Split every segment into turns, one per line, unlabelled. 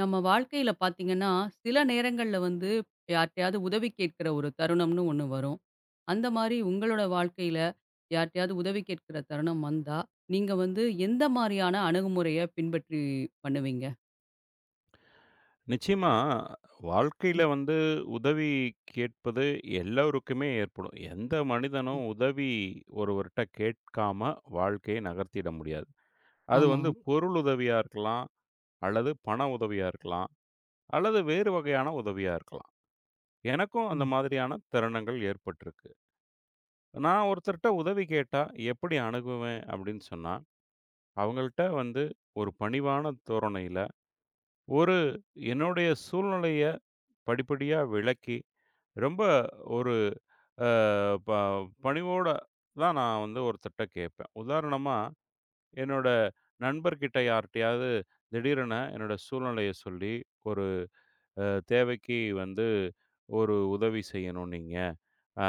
நம்ம வாழ்க்கையில பார்த்தீங்கன்னா, சில நேரங்கள்ல வந்து யார்ட்டயாவது உதவி கேட்கிற ஒரு தருணம்னு ஒண்ணு வரும். அந்த மாரி உங்களோட வாழ்க்கையில யார்ட்டயாவது உதவி கேட்கிற தருணம் வந்தா, நீங்க வந்து எந்த மாரியான அணுகுமுறைய பின்பற்றி பண்ணுவீங்க?
நிச்சயமா, வாழ்க்கையில வந்து உதவி கேட்பது எல்லோருக்குமே ஏற்படும். எந்த
ம்.
மனிதனும் உதவி ஒருவர்ட்ட கேட்காம வாழ்க்கையை நகர்த்திட முடியாது. அது
ஆமா.
வந்து பொருள் உதவியா இருக்கலாம், அல்லது பண உதவியா இருக்கலாம், அல்லது வேறு வகையான உதவியா இருக்கலாம். எனக்கும் அந்த
ம்.
மாதிரியான தருணங்கள் ஏற்பட்டிருக்கு. நான் ஒருத்தர்ட்ட உதவி கேட்டா எப்படி அணுகுவேன் அப்படின்னு சொன்னா, அவங்கள்ட்ட வந்து ஒரு பணிவான தோரணையில, ஒரு என்னுடைய சூழ்நிலைய படிப்படியா விளக்கி ரொம்ப ஒரு அ ப பணிவோட தான் நான் வந்து ஒருத்தர்ட்ட கேட்பேன். உதாரணமா, என்னோட நண்பர்கிட்ட யார்ட்டயாவது திடீரென என்னோட சூழ்நிலைய சொல்லி, ஒரு அ தேவைக்கு வந்து ஒரு உதவி செய்யணும் நீங்க. அ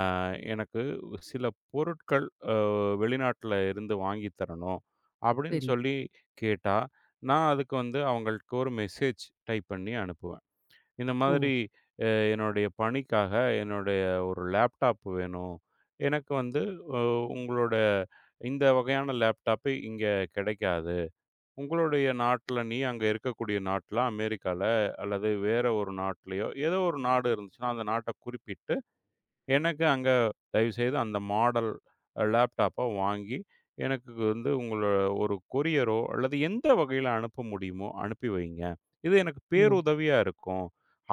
எனக்கு சில பொருட்கள் அ வெளிநாட்டுல இருந்து வாங்கி தரணும் அப்படின்னு
சரி.
சொல்லி கேட்டா, நான் அதுக்கு வந்து அவங்களுக்கு ஒரு மெசேஜ் டைப் பண்ணி அனுப்புவேன். இந்த
ஓ!
மாதிரி அ என்னுடைய பணிக்காக என்னுடைய ஒரு லேப்டாப் வேணும். எனக்கு வந்து அ உங்களோட இந்த வகையான லேப்டாப்பு இங்கே கிடைக்காது. உங்களுடைய நாட்ல நீ அங்க இருக்கக்கூடிய நாட்ல அமெரிக்கால அல்லது வேற ஒரு நாட்லயோ, ஏதோ ஒரு நாடு இருந்துச்சுன்னா, அந்த நாட்ட குறிப்பிட்டு எனக்கு அங்க தயவுசெய்து அந்த மாடல் லேப்டாப்ப வாங்கி, எனக்கு வந்து உங்கள ஒரு கொரியரோ அல்லது எந்த வகையில அனுப்ப முடியுமோ அனுப்பி வைங்க. இது எனக்கு
ஓ!
பேருதவியா இருக்கும்.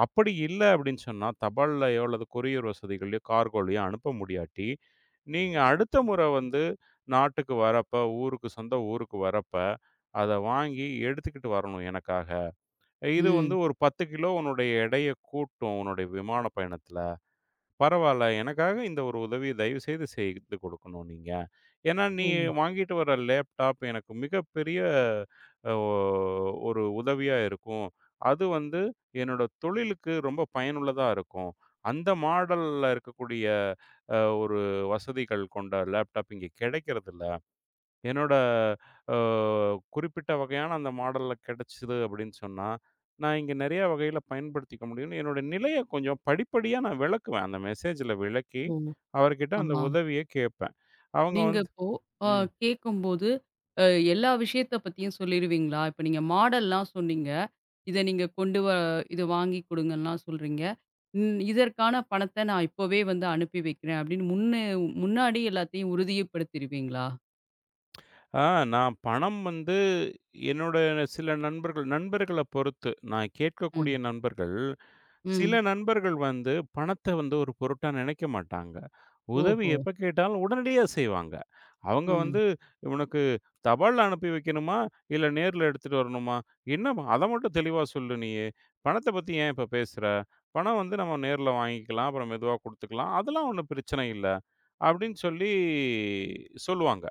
அப்படி இல்ல அப்படின்னு சொன்னா, தபால்லயோ அல்லது கொரியர் வசதிகள்லயோ, கார்கோலயோ அனுப்ப முடியாட்டி, நீங்க அடுத்த முறை வந்து நாட்டுக்கு வரப்ப, சொந்த ஊருக்கு வரப்ப, அத வாங்கி எடுத்துக்கிட்டு வரணும் எனக்காக. இது வந்து
ம்.
ஒரு 10 கிலோ உன்னுடைய எடைய கூட்டும், உன்னுடைய விமான பயணத்துல. பரவால்ல. எனக்காக இந்த ஒரு உதவிய தயவுசெய்து செய்து செய்து கொடுக்கணும் நீங்க. ஏன்னா, நீ
ஓ!
வாங்கிட்டு வர லேப்டாப் எனக்கு மிகப்பெரிய அ ஒ ஒரு உதவியா இருக்கும். அது வந்து என்னோட தொழிலுக்கு ரொம்ப பயனுள்ளதா இருக்கும். அந்த மாடல்ல இருக்கக்கூடிய ஒரு வசதிகள் கொண்ட லேப்டாப் இங்க கிடைக்கிறதில்ல. என்னோட அ குறிப்பிட்ட வகையான அந்த மாடல்ல கிடைச்சது அப்படின்னு சொன்னா, நான் இங்க நிறைய வகையில பயன்படுத்திக்க முடியும்னு என்னோட நிலைய கொஞ்சம் படிப்படியா நான் விளக்குவேன். அந்த மெசேஜ்ல விளக்கி,
ஓ!
அவர்கிட்ட
ஆ.
அந்த உதவிய கேட்பேன். அவங்க
நீங்க
வந்து
இப்போ அ
ம்.
கேட்கும்போது, அ எல்லா விஷயத்த பத்தியும் சொல்லிருவீங்களா? இப்ப நீங்க மாடல்லாம் சொன்னீங்க. இத நீங்க கொண்டு வ இத வாங்கி குடுங்கன்லாம் சொல்றீங்க. ம் இதற்கான பணத்த நான் இப்பவே வந்து அனுப்பி வைக்கிறேன் அப்படின்னு முன்னாடி எல்லாத்தையும் உறுதியப்படுத்திருவீங்களா?
ஆ நான் பணம் வந்து என்னோட சில நண்பர்கள பொறுத்து, நான் கேட்கக்கூடிய
ம்,
நண்பர்கள், சில
ம்.
நண்பர்கள் வந்து பணத்த வந்து ஒரு பொருட்டா நினைக்க மாட்டாங்க. உதவி
ஓஹோ!
எப்ப கேட்டாலும் உடனடியா செய்வாங்க. அவங்க
ம்.
வந்து "உனக்கு தபால்ல அனுப்பி வைக்கணுமா? இல்ல நேர்ல எடுத்துட்டு வரணுமா? என்னம்மா? அத மட்டும் தெளிவா சொல்லு நீயு. பணத்த பத்தி ஏன் இப்ப பேசுற? பணம் வந்து நம்ம நேர்ல வாங்கிக்கலாம். அப்புறம் மெதுவா குடுத்துக்கலாம். அதெல்லாம் ஒண்ணும் பிரச்சனை இல்ல." அப்படின்னு சொல்லி சொல்லுவாங்க.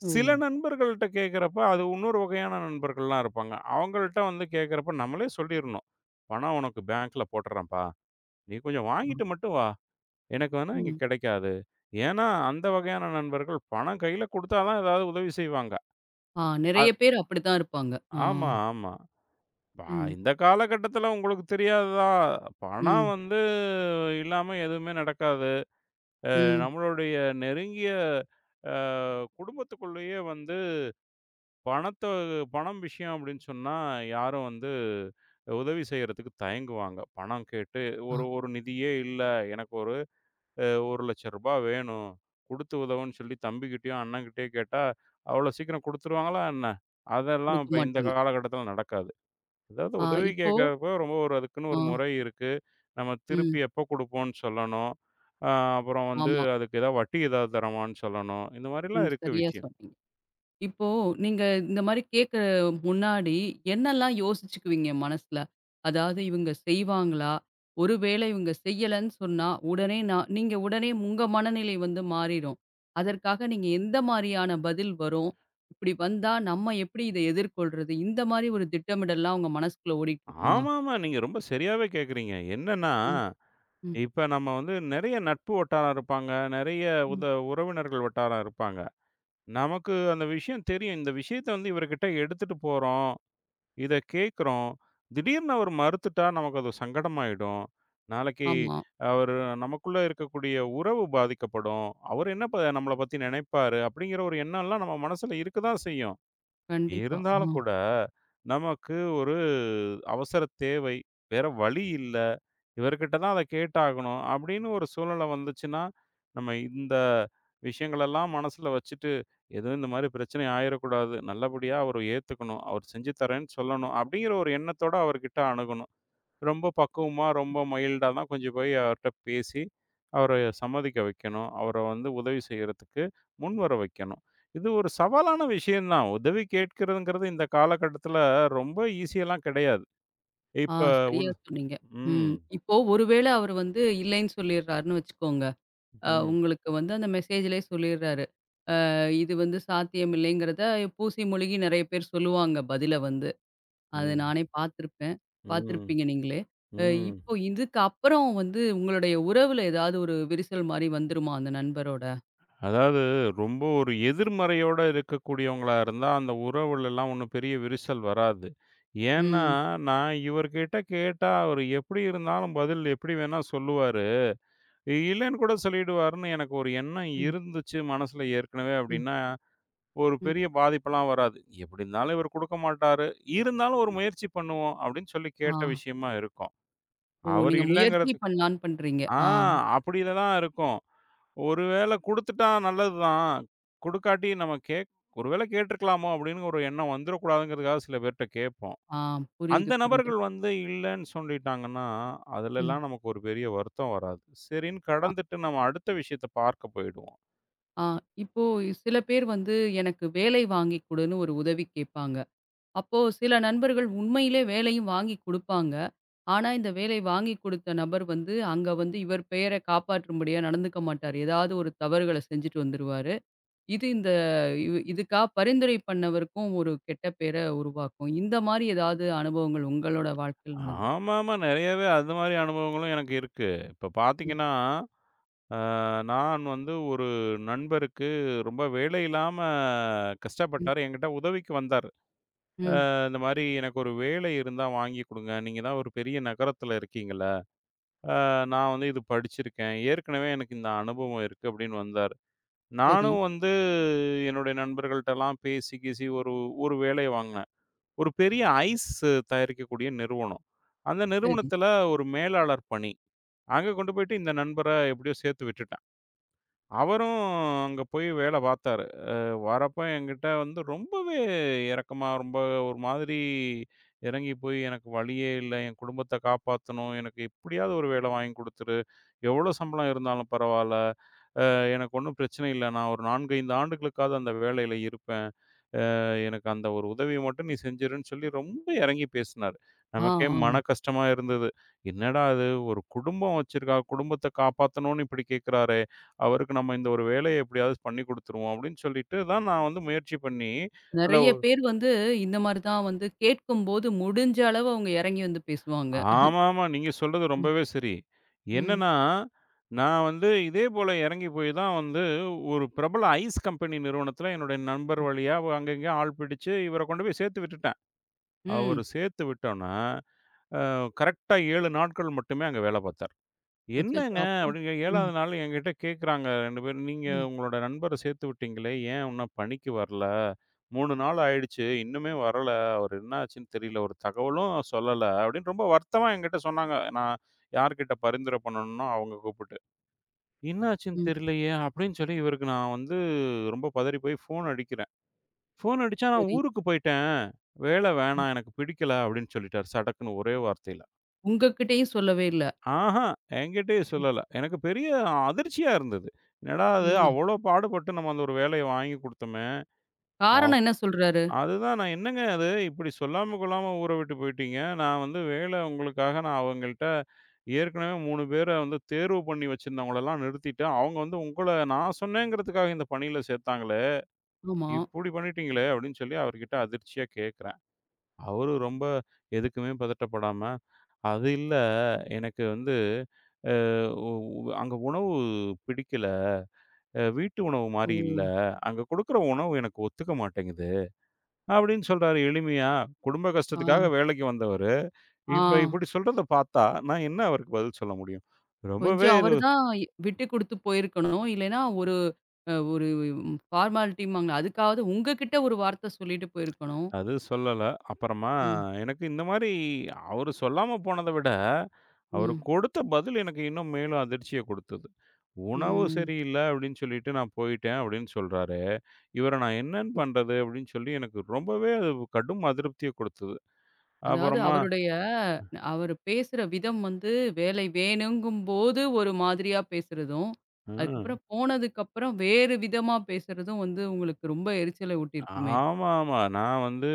ஓ!
சில நண்பர்கள்ட்ட கேட்கிறப்ப, அது இன்னொரு வகையான நண்பர்கள்லாம் இருப்பாங்க. அவங்கள்ட்ட வந்து கேட்கிறப்ப நம்மளே சொல்லிரணும். "பணம் உனக்கு பேங்க்ல போட்டுறேன்ப்பா. நீ கொஞ்சம்
ஆ.
வாங்கிட்டு மட்டும் வா. எனக்கு வேணா இங்க
ம்.
கிடைக்காது." ஏன்னா, அந்த வகையான நண்பர்கள் பணம் கையில குடுத்தா தான் ஏதாவது உதவி செய்வாங்க.
ஆ நெறைய
அத்
பேர் அப்படித்தான் இருப்பாங்க. ஆ.
ஆமா, ஆமா. ப
ம்.
இந்த காலகட்டத்தில உங்களுக்கு தெரியாததா? பணம்
ம்.
வந்து இல்லாம எதுவுமே நடக்காது.
ம்.
நம்மளுடைய நெருங்கிய அ குடும்பத்துக்குள்ளேயே வந்து பணத்த பணம் விஷயம் அப்படின்னு சொன்னா, யாரும் வந்து உதவி செய்யறதுக்கு தயங்குவாங்க. பணம் கேட்டு
ஆ
ஒரு ஒரு நிதியே இல்ல. எனக்கு ஒரு ரூ. 1,00,000 வேணும். குடுத்து உதவுன்னு சொல்லி தம்பிகிட்டயும், அண்ணங்கிட்டயும் கேட்டா, அவ்வளோ சீக்கிரம் குடுத்துருவாங்களா என்ன? அதெல்லாம்
குடுக்க
இப்ப இந்த
மாட்டாங்க.
காலகட்டத்தில நடக்காது. அதாவது
ஆ
உதவி
இப்போ
கேட்கறப்போ ரொம்ப ஒரு அதுக்குன்னு
ஆ.
ஒரு முறை இருக்கு. நம்ம
ம்.
திருப்பி எப்போ குடுப்போம்ன்னு சொல்லணும். அ அப்புறம் வந்து
ஆமா.
அதுக்கு ஏதாவது வட்டி ஏதாவது தரமான்னு சொல்லணும். இந்த மாரிலாம்
ம்.
இருக்கு
சரியா
விஷயம்.
சொன்னீங்க. இப்போ நீங்க இந்த மாரி கேட்க முன்னாடி என்னெல்லாம் யோசிச்சுக்குவீங்க மனசுல? அதாவது இவங்க செய்வாங்களா? ஒருவேளை இவங்க செய்யலன்னு சொன்னா, உடனே நீங்க உடனே உங்க மனநிலை வந்து மாறிரும். அதற்காக நீங்க எந்த மாரியான பதில் வரும்? இப்படி வந்தா நம்ம எப்படி இத எதிர்கொள்றது? இந்த மாரி ஒரு திட்டமிடல்லாம் உங்க மனசுக்குள்ள ஓடிட்டு இருக்குமா?
ஆமாமா. நீங்க ரொம்ப சரியாவே கேட்கிறீங்க. என்னன்னா,
ம், ம்,
இப்ப நம்ம வந்து நெறைய நட்பு வட்டாரம் இருப்பாங்க. நெறைய உத
ம்.
உறவினர்கள் வட்டாரம் இருப்பாங்க. நமக்கு அந்த விஷயம் தெரியும். இந்த விஷயத்த வந்து இவர்கிட்ட எடுத்துட்டு போறோம். இத கேட்கிறோம். திடீர்னு அவர் மறுத்துட்டா நமக்கு அது சங்கடமாயிடும். நாளைக்கு
ஆமா.
அவரு நமக்குள்ள இருக்கக்கூடிய உறவு பாதிக்கப்படும். அவர் என்ன நம்மள பத்தி நினைப்பாரு? அப்படிங்கிற ஒரு எண்ணம்லாம் நம்ம மனசுல இருக்க தான் செய்யும்.
கண்டிப்பா.
இருந்தாலும்
ஆ,
கூட, நமக்கு ஒரு அவசர தேவை. வேற வழி இல்ல. இவர்கிட்ட தான் அத கேட்டாகணும். அப்படின்னு ஒரு சூழ்நிலை வந்துச்சுன்னா, நம்ம இந்த விஷயங்களெல்லாம் மனசுல வச்சுட்டு, எதுவும் இந்த மாரி பிரச்சனை ஆயிறக்கூடாது. நல்லபடியா அவரு ஏத்துக்கணும். அவர் செஞ்சு தரேன்னு சொல்லணும். அப்படிங்கிற ஒரு எண்ணத்தோட அவர்கிட்ட அணுகணும். ரொம்ப பக்குவமா, ரொம்ப மைல்டா தான் கொஞ்சம் போய் அவர்ட்ட பேசி, அவர சம்மதிக்க வைக்கணும். அவர வந்து உதவி செய்யறதுக்கு முன்வர வைக்கணும். இது ஒரு சவாலான விஷயம் தான். உதவி கேட்கிறதுங்கிறது இந்த காலகட்டத்தில ரொம்ப ஈசியலாம் கிடையாது.
ஆ
இப்ப உத
சரியா சொன்னீங்க.
ம்,
ம். இப்போ ஒருவேளை அவரு வந்து இல்லைன்னு சொல்லிர்றாருன்னு வச்சுக்கோங்க.
ம்,
உங்களுக்கு வந்து அந்த மெசேஜ்லயே சொல்லிடுறாரு. இது வந்து சாத்தியமில்லைங்கிறத பூசி முழுகி நெறைய பேர் சொல்லுவாங்க பதில வந்து. அது
ம்,
நானே பார்த்துருப்பேன்.
ம்,
பார்த்துருப்பீங்க நீங்களே. அ
ம்.
இப்போ இதுக்கு அப்புறம் வந்து உங்களுடைய உறவுல ஏதாவது ஒரு விரிசல் மாரி வந்துருமா அந்த நண்பரோட?
அதாவது ரொம்ப ஒரு எதிர்மறையோட இருக்கக்கூடியவங்களா இருந்தா, அந்த உறவுலலாம் ஒண்ணும் பெரிய விரிசல் வராது. ஏன்னா,
ம்.
நான் இவர்கிட்ட கேட்டா, அவரு எப்படி இருந்தாலும் பதில் எப்படி வேணா சொல்லுவாரு. இல்லன்னு கூட சொல்லிடுவாருன்னு எனக்கு ஒரு எண்ணம்
ம்.
இருந்துச்சு மனசுல ஏற்கனவே
ம்.
அப்டின்னா, ஒரு
ம்.
பெரிய பாதிப்பெல்லாம் வராது. எப்டி இருந்தாலும் இவரு குடுக்க மாட்டாரு. இருந்தாலும் ஒரு முயற்சி பண்ணுவோம் அப்டின்னு சொல்லி
ஆ.
கேட்ட விஷயமா இருக்கும்.
ஓ!
அவரு
நீங்க முயற்சி
இல்லங்கிறது
பண்ணலான்னு பண்றீங்க.
ஆ
ஆ.
அப்டில தான் இருக்கும். ஒரு வேள குடுத்துட்டா நல்லது தான். குடுக்காட்டி நம்ம ஒரு வேள கேட்டுருக்கலாமோ அப்டின்னு ஒரு எண்ணம் வந்துரக்கூடாதுங்கிறதுக்காக சில பேர்ட்ட கேட்போம்.
ஆ.
அந்த
புரியுது, புரியுது.
நபர்கள் வந்து இல்லன்னு சொல்லிட்டாங்கன்னா,
ம்.
அதுலலாம் நமக்கு ஒரு பெரிய வருத்தம் வராது. சரின்னு
ஆ.
கடந்துட்டு நம்ம அடுத்த விஷயத்த பார்க்க போயிடுவோம்.
ஆ. இப்போ சில பேர் வந்து எனக்கு வேலை வாங்கி குடுன்னு ஒரு உதவி கேட்பாங்க. அப்போ சில நண்பர்கள் உண்மையிலே வேலையும் வாங்கி குடுப்பாங்க. ஆனா, இந்த வேலை வாங்கி குடுத்த நபர் வந்து, அங்க வந்து இவர் பெயர காப்பாற்றும்படியா நடந்துக்க மாட்டாரு. ஏதாவது ஒரு தவறுகள செஞ்சுட்டு வந்துருவாரு. இது இந்த இது இதுக்கா பரிந்துரை பண்ணவருக்கும் ஒரு கெட்ட பேர உருவாக்கும். இந்த மாரி ஏதாவது அனுபவங்கள் உங்களோட வாழ்க்கையில நடந்திருக்கா?
ஆமாமா. நெறையவே அது மாரி அனுபவங்களும் எனக்கு இருக்கு. இப்ப
ம்,
பார்த்தீங்கன்னா, அ நான் வந்து ஒரு நண்பருக்கு ரொம்ப வேலை இல்லாம
ம்,
கஷ்டப்பட்டாரு. என்கிட்ட உதவிக்கு வந்தாரு.
ம்.
இந்த மாரி எனக்கு ஒரு வேலை இருந்தா வாங்கி குடுங்க. நீங்க தான் ஒரு பெரிய நகரத்துல இருக்கீங்கல்ல. நான் வந்து இது படிச்சிருக்கேன். ஏற்கனவே எனக்கு இந்த அனுபவம் இருக்கு அப்படின்னு வந்தாரு.
சரி,
நானும் வந்து என்னுடைய நண்பர்கள்ட்டலாம் பேசி கீசி ஒரு ஒரு வேலைய வாங்குனேன். ஒரு பெரிய ஐஸ் தயாரிக்கக்கூடிய நிறுவனம். அந்த
சரி.
நிறுவனத்தில ஒரு மேலாளர் பணி. அங்க கொண்டு போயிட்டு இந்த நண்பர எப்படியோ சேர்த்து விட்டுட்டேன். அவரும் அங்க போய் வேல பார்த்தாரு. வரப்ப என்கிட்ட வந்து ரொம்பவே இரக்கமா, ரொம்ப ஒரு மாதிரி இறங்கி போய் எனக்கு வழியே இல்ல. என் குடும்பத்த காப்பாத்தணும். எனக்கு எப்படியாவது ஒரு வேல வாங்கி குடுத்துரு. எவ்வளோ சம்பளம் இருந்தாலும் பரவால்ல. எனக்கு ஒண்ணும் பிரச்சனை இல்ல. நான் ஒரு 4, 5 ஆண்டுகளுக்காவது அந்த வேலையில இருப்பேன். எனக்கு அந்த ஒரு உதவிய மட்டும் நீ செஞ்சிருன்னு சொல்லி ரொம்ப இறங்கி பேசினாரு.
ஆ,
நமக்கே மன
ஆ.
கஷ்டமா இருந்தது. என்னடா இது ஒரு குடும்பம் வச்சிருக்கா, குடும்பத்த காப்பாத்தணும்னு இப்படி கேட்கிறாரே! அவருக்கு நம்ம இந்த ஒரு வேலைய எப்படியாவது பண்ணி குடுத்துருவோம் அப்படின்னு சொல்லிட்டு தான் நான் வந்து முயற்சி பண்ணி, அந்த
நெறைய பேர் வந்து இந்த மாரி தான் வந்து கேட்கும்போது முடிஞ்ச அளவு அவங்க இறங்கி வந்து பேசுவாங்க.
ஆமாமா. நீங்க சொல்றது
ம்,
ரொம்பவே சரி.
ம்,
என்னன்னா, நான் வந்து இதே போல இறங்கி போய் தான் வந்து ஒரு பிரபல ஐஸ் கம்பெனி நிறுவனத்தில என்னுடைய நண்பர் வழியா அங்க இங்கேயும் ஆள் பிடிச்சு இவர கொண்டு போய் சேர்த்து விட்டுட்டேன். அவரு
ம்.
சேர்த்து விட்டோன்ன, அ கரெக்ட்டா 7 நாட்கள் மட்டுமே அங்க வேல பார்த்தேன்.
அச்சச்சோ!
"என்னங்க?"
அப்புறம்?
அப்படின்னு
ம்.
7வது நாள் என்கிட்ட கேட்குறாங்க 2 பேரும். "நீங்க
ம்,
உங்களோட நண்பர சேர்த்து விட்டீங்களே, ஏன் இன்னும் பணிக்கு வரல? 3 நாள் ஆயிடுச்சு. இன்னுமே வரல. அவரு என்னாச்சுன்னு தெரியல. ஒரு தகவலும் சொல்லல." அப்படின்னு ரொம்ப வருத்தமா என்கிட்ட சொன்னாங்க. நான் யார்கிட்ட பரிந்துரை பண்ணணும்னோ அவங்க கூப்பிட்டு. "என்னாச்சுன்னு
ம்.
தெரியலையே!" அப்படின்னு சொல்லி இவருக்கு நான் வந்து ரொம்ப பதறி போய் ஃபோன் அடிக்கிறேன். ஃபோன் அடிச்சா, "நான்
சரி.
ஊருக்கு போயிட்டேன். வேலை
ம்.
வேணாம். எனக்கு பிடிக்கல." அப்படின்னு சொல்லிட்டாரு. சடக்குன்னு ஒரே வார்த்தையில.
உங்ககிட்டயும் சொல்லவே இல்ல.
ஆஹா! என்கிட்டயே
ம்,
சொல்லல. எனக்கு பெரிய அதிர்ச்சியா இருந்தது. என்னடா அது
ம்.
அவ்ளோ பாடுபட்டு நம்ம அந்த ஒரு வேலைய வாங்கி குடுத்தோமே! வாவ்!
காரணம் என்ன சொல்றாரு?
அதுதான் நான் என்னங்க அது இப்படி சொல்லாம கொள்ளாம ஊர விட்டு போயிட்டீங்க. நான் வந்து வேலை உங்களுக்காக நான் அவங்கள்ட்ட ஏற்கனவே 3 பேர வந்து தேர்வு பண்ணி வச்சிருந்தவங்களலாம் நிறுத்திட்டேன். அவங்க வந்து உங்கள நான் சொன்னேங்கிறதுக்காக இந்த பணியில சேர்த்தாங்களே!
ஆமா.
இப்படி பண்ணிட்டீங்களே! அப்படின்னு சொல்லி அவர்கிட்ட அதிர்ச்சியா கேட்கிறேன். அவரு ரொம்ப எதுக்குமே பதட்டப்படாம, அது இல்ல எனக்கு வந்து ஒ உ அங்க உணவு பிடிக்கல. வீட்டு உணவு
ஓ!
மாரி இல்ல. அங்க குடுக்குற உணவு எனக்கு ஒத்துக்க மாட்டேங்குது. அப்படின்னு சொல்றாரு எளிமையா. குடும்ப
ஆ,
கஷ்டத்துக்காக வேலைக்கு வந்தவரு.
ஆ.
இப்ப இப்படி சொல்றத பார்த்தா, நான் என்ன அவருக்கு பதில் சொல்ல முடியும்? ரொம்பவே
கொஞ்சம்
இது
அவரு தான் விட்டு குடுத்து போயிருக்கணும். இல்லைன்னா ஒரு ஃபார்மாலிட்டிம்பாங்களே அதுக்காவது உங்ககிட்ட ஒரு வார்த்த சொல்லிட்டு போயிருக்கணும்.
அது சொல்லல. அப்புறமா
ம்,
எனக்கு இந்த மாரி அவரு சொல்லாம போனத விட, அவரு
ம்,
கொடுத்த பதில் எனக்கு இன்னும் மேலும் அதிர்ச்சிய குடுத்தது. "உணவு
ம்.
சரியில்ல" அப்படின்னு சொல்லிட்டு நான் போயிட்டேன் அப்படின்னு சொல்றாரு. இவர நான் என்னன்னு
ம்.
பண்றது? அப்படின்னு சொல்லி எனக்கு ரொம்பவே அது கடும் அதிருப்திய குடுத்தது.
அதாவது
அப்புறமா
அவருடைய அவரு பேசுற விதம் வந்து வேலை வேணுங்கும்போது ஒரு மாதிரியா பேசுறதும்,
அ
அதுக்கப்புறம் போனதுக்கப்புறம் வேறு விதமா பேசுறதும் வந்து உங்களுக்கு ரொம்ப எரிச்சல ஊட்டியிருக்குமே!
ஆமாமா. நான் வந்து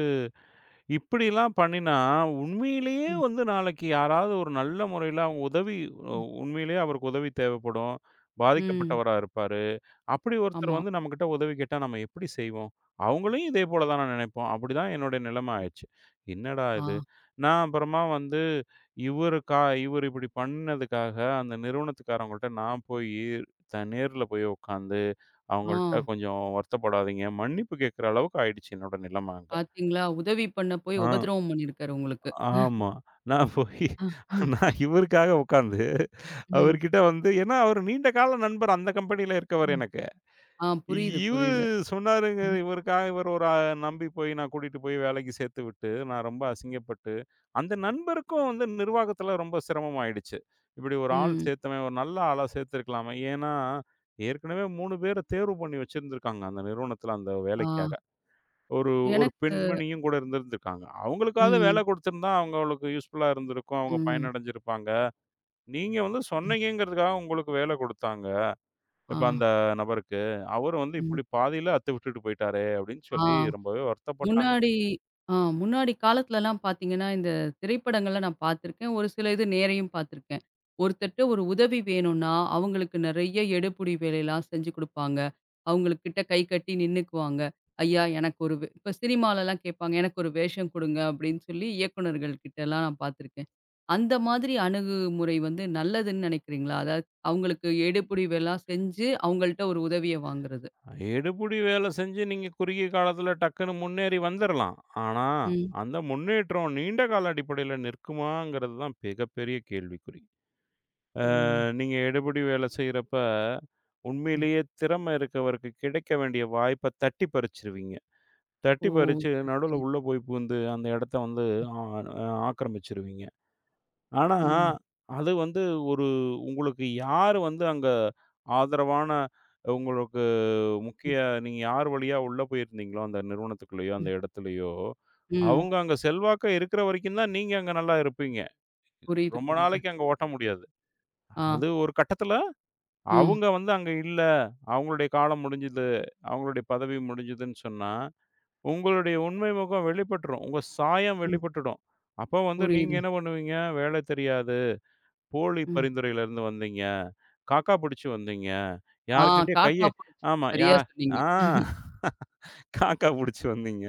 இப்படிலாம் பண்ணினா உண்மையிலேயே
ம்.
வந்து நாளைக்கு யாராவது ஒரு நல்ல முறையில அவங்க உதவி உ
ம்.
உண்மையிலேயே அவருக்கு உதவி தேவைப்படும்.
ம்.
பாதிக்கப்பட்டவரா இருப்பாரு. அப்படி ஒருத்தர்
ஆமா.
வந்து நம்மகிட்ட உதவி கேட்டா நம்ம எப்படி செய்வோம்? அவங்களையும் இதே போல தான் நான் நினைப்போம். அப்படிதான் என்னுடைய நிலைமை ஆயிருச்சு. என்னடா இது!
ஆ.
நான் அப்புறமா வந்து இவருக்கா இவரு இப்படி பண்ணதுக்காக அந்த நிறுவனத்துக்காரவங்கள்ட்ட நான் போயி நேர்ல போய் உட்காந்து
ஆ.
அவங்கள்ட்ட கொஞ்சம் வருத்தப்படாதீங்க, மன்னிப்பு கேட்கிற அளவுக்கு ஆயிடுச்சு என்னோட நிலைமை அங்க.
பாத்தீங்களா? உதவி பண்ண போய்
ஆ,
உபத்திரவம் பண்ணியிருக்காரு உங்களுக்கு.
ஆமா. நான் போயி
ஆ, ஆ.
நான் இவருக்காக உட்காந்து
ம்.
அவர்கிட்ட வந்து ஏன்னா அவரு நீண்ட கால நண்பர் அந்த கம்பெனியில இருக்கவர்
ம்.
எனக்கு.
ஆ புரியுது,
இவரு
புரியுது.
சொன்னாருங்க.
ம்.
இவருக்காக இவரு ஒரு அ நம்பி போய் நான் கூட்டிட்டு போய் வேலைக்கு சேர்த்து விட்டு, நான் ரொம்ப அசிங்கப்பட்டு, அந்த நண்பருக்கும் வந்து நிர்வாகத்தில ரொம்ப சிரமமாயிடுச்சு. இப்படி ஒரு ஆள்
ம்.
சேர்த்தவன், ஒரு நல்ல ஆளா சேர்த்துருக்கலாமே. ஏன்னா, ஏற்கனவே 3 பேர தேர்வு பண்ணி வச்சிருந்திருக்காங்க, அந்த நிறுவனத்தில அந்த
ஆ.
வேலைக்காக. ஒரு ஒரு
எனக்கு
பெண்மணியும் கூட இருந்திருந்திருக்காங்க. அவங்களுக்காவது வேலை
ம்.
குடுத்திருந்தா, அவங்களுக்கு யூஸ்ஃபுல்லா இருந்திருக்கும். அவங்க
ம்.
பயனடைஞ்சிருப்பாங்க. நீங்க வந்து
ம்.
சொன்னீங்கங்கிறதுக்காக உங்களுக்கு வேலை குடுத்தாங்க.
ஆ.
இப்ப அந்த நபருக்கு, அவரு வந்து
ம்.
இப்டி பாதியில அத்த விட்டுட்டு போயிட்டாரே! அப்டின்னு
ஆ.
சொல்லி ரொம்பவே வருத்தப்பட்டாங்க.
முன்னாடி ஆ முன்னாடி காலத்துலலாம் பார்த்தீங்கன்னா, இந்த திரைப்படங்கள்ல நான் பார்த்துருக்கேன். ஒரு சில இது நேரயும் பார்த்துருக்கேன். ஒருத்தர்ட்ட ஒரு உதவி வேணும்னா, அவங்களுக்கு நெறைய எடுபுடி வேலைலாம் செஞ்சு குடுப்பாங்க. அவங்களுக்கிட்ட கை கட்டி நின்னுக்குவாங்க. ஐயா எனக்கு ஒரு வே இப்ப சினிமாலலாம் கேட்பாங்க, "எனக்கு ஒரு வேஷம் குடுங்க" அப்படின்னு சொல்லி இயக்குனர்கள் கிட்டலாம் நான் பார்த்துருக்கேன். அந்த மாதிரி அணுகுமுறை வந்து நல்லதுன்னு நினைக்கிறீங்களா? அதாவது அவங்களுக்கு எடுபிடி வேலாம் செஞ்சு, அவங்கள்ட்ட ஒரு உதவிய வாங்குறது.
எடுபிடி வேல செஞ்சு நீங்க குறுகிய காலத்துல டக்குன்னு முன்னேறி வந்துரலாம். ஆனா,
ம்.
அந்த முன்னேற்றம் நீண்ட கால அடிப்படையில நிற்குமாங்கிறது தான் மிகப்பெரிய கேள்விக்குறி.
ஓ!
நீங்க எடுபிடி வேல செய்றப்ப,
ம்.
உண்மையிலேயே திறமை இருக்கவருக்கு கிடைக்க வேண்டிய வாய்ப்ப தட்டி பறிச்சுருவீங்க.
ஓ!
தட்டி பறிச்சு
சரி,
நடுவுல
சரி.
உள்ள போய் புகுந்து அந்த இடத்த வந்து ஆ ஆ ஆக்கிரமிச்சுருவீங்க. ஆனா,
ம்.
அது வந்து ஒரு உங்களுக்கு யார் வந்து அங்க ஆதரவான உங்களுக்கு முக்கிய
ம்,
நீங்க யார் வழியா உள்ள போயிருந்தீங்களோ, அந்த நிறுவனத்துக்குள்ளயோ, அந்த
ம்,
இடத்துலயோ,
ம்.
அவங்க அங்க செல்வாக்கா இருக்கிற வரைக்கும் தான் நீங்க அங்க நல்லா இருப்பீங்க.
புரியுது,
ரொம்ப
புரியுது.
நாளைக்கு அங்க ஓட்ட முடியாது.
ஆ,
அது ஒரு கட்டத்துல
ம்,
அவங்க வந்து அங்க இல்ல, அவங்களுடைய காலம் முடிஞ்சது, அவங்களுடைய பதவி முடிஞ்சதுன்னு சொன்னா, உங்களுடைய உண்மை முகம் வெளிப்பட்டுரும். உங்க சாயம்
ம்.
வெளிப்பட்டுடும். அப்ப வந்து நீங்க
புரியுது.
என்ன பண்ணுவீங்க? வேலை தெரியாது. போலி
ம்.
பரிந்துரையிலருந்து வந்தீங்க. காக்கா புடிச்சு வந்தீங்க.
ஆ
யார்கிட்டயும்
காக்கா புடிச்சு.
ஆமா. யா
சரியா சொன்னீங்க.
ஆ காக்கா புடிச்சு வந்தீங்க.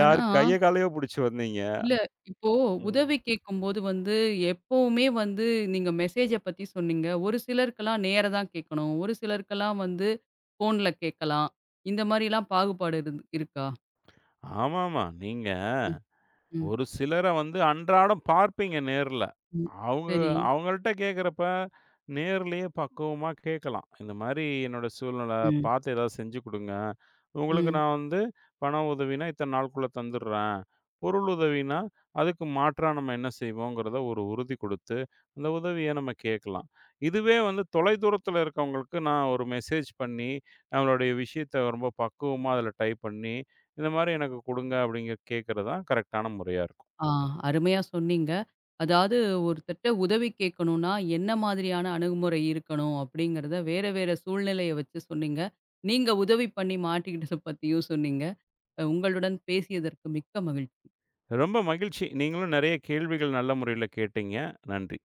ஆனா,
கைய காலையோ புடிச்சு வந்தீங்க.
இல்ல இப்போ
ம்.
உதவி கேட்கும்போது வந்து எப்பவுமே வந்து நீங்க மெசேஜ பத்தி சொன்னீங்க. ஒரு சிலருக்கெல்லாம் நேரா தான் கேட்கணும். ஒரு சிலருக்கெல்லாம் வந்து ஃபோன்ல கேட்கலாம். இந்த மாரிலாம் பாகுபாடு இருக்கா?
ஆமாமா. நீங்க
ம், ம்,
ஒரு சிலர வந்து அன்றாடம் பார்ப்பீங்க நேர்ல.
ம்.
அவுங்க
சரி.
அவுங்கள்ட்ட கேட்கிறப்ப, நேர்லயே பக்குவமா கேட்கலாம். இந்த மாரி என்னோட சூழ்நிலை,
ம்,
பார்த்து ஏதாவது செஞ்சு குடுங்க. உங்களுக்கு
ம்.
நான் வந்து பண உதவினா, இத்தன நாளுக்குள்ள தந்துடுறேன். பொருள் உதவினா, அதுக்கு மாற்றா நம்ம என்ன செய்வோங்கிறத ஒரு உறுதி குடுத்து, அந்த உதவிய நம்ம கேட்கலாம். இதுவே வந்து தொலைதூரத்தில இருக்கவங்களுக்கு நான் ஒரு மெசேஜ் பண்ணி, நம்மளுடைய விஷயத்த ரொம்ப பக்குவமா அதில டைப் பண்ணி இந்த மாரி எனக்கு குடுங்க அப்படிங்க கேட்கறது தான் கரெக்டான முறையா இருக்கும்.
ஆ, அருமையா சொன்னீங்க. அதாவது ஒருத்தர்ட்ட உதவி கேட்கணும்னா, என்ன மாதிரியான அணுகுமுறை இருக்கணும் அப்படிங்கிறத வேற வேற சூழ்நிலைய வச்சு சொன்னீங்க. நீங்க உதவி பண்ணி மாட்டிக்கிட்டத பத்தியும் சொன்னீங்க. உங்களுடன் பேசியதற்கு மிக்க மகிழ்ச்சி.
ரொம்ப மகிழ்ச்சி. நீங்களும் நெறைய கேள்விகள் நல்ல முறையில கேட்டீங்க. நன்றி.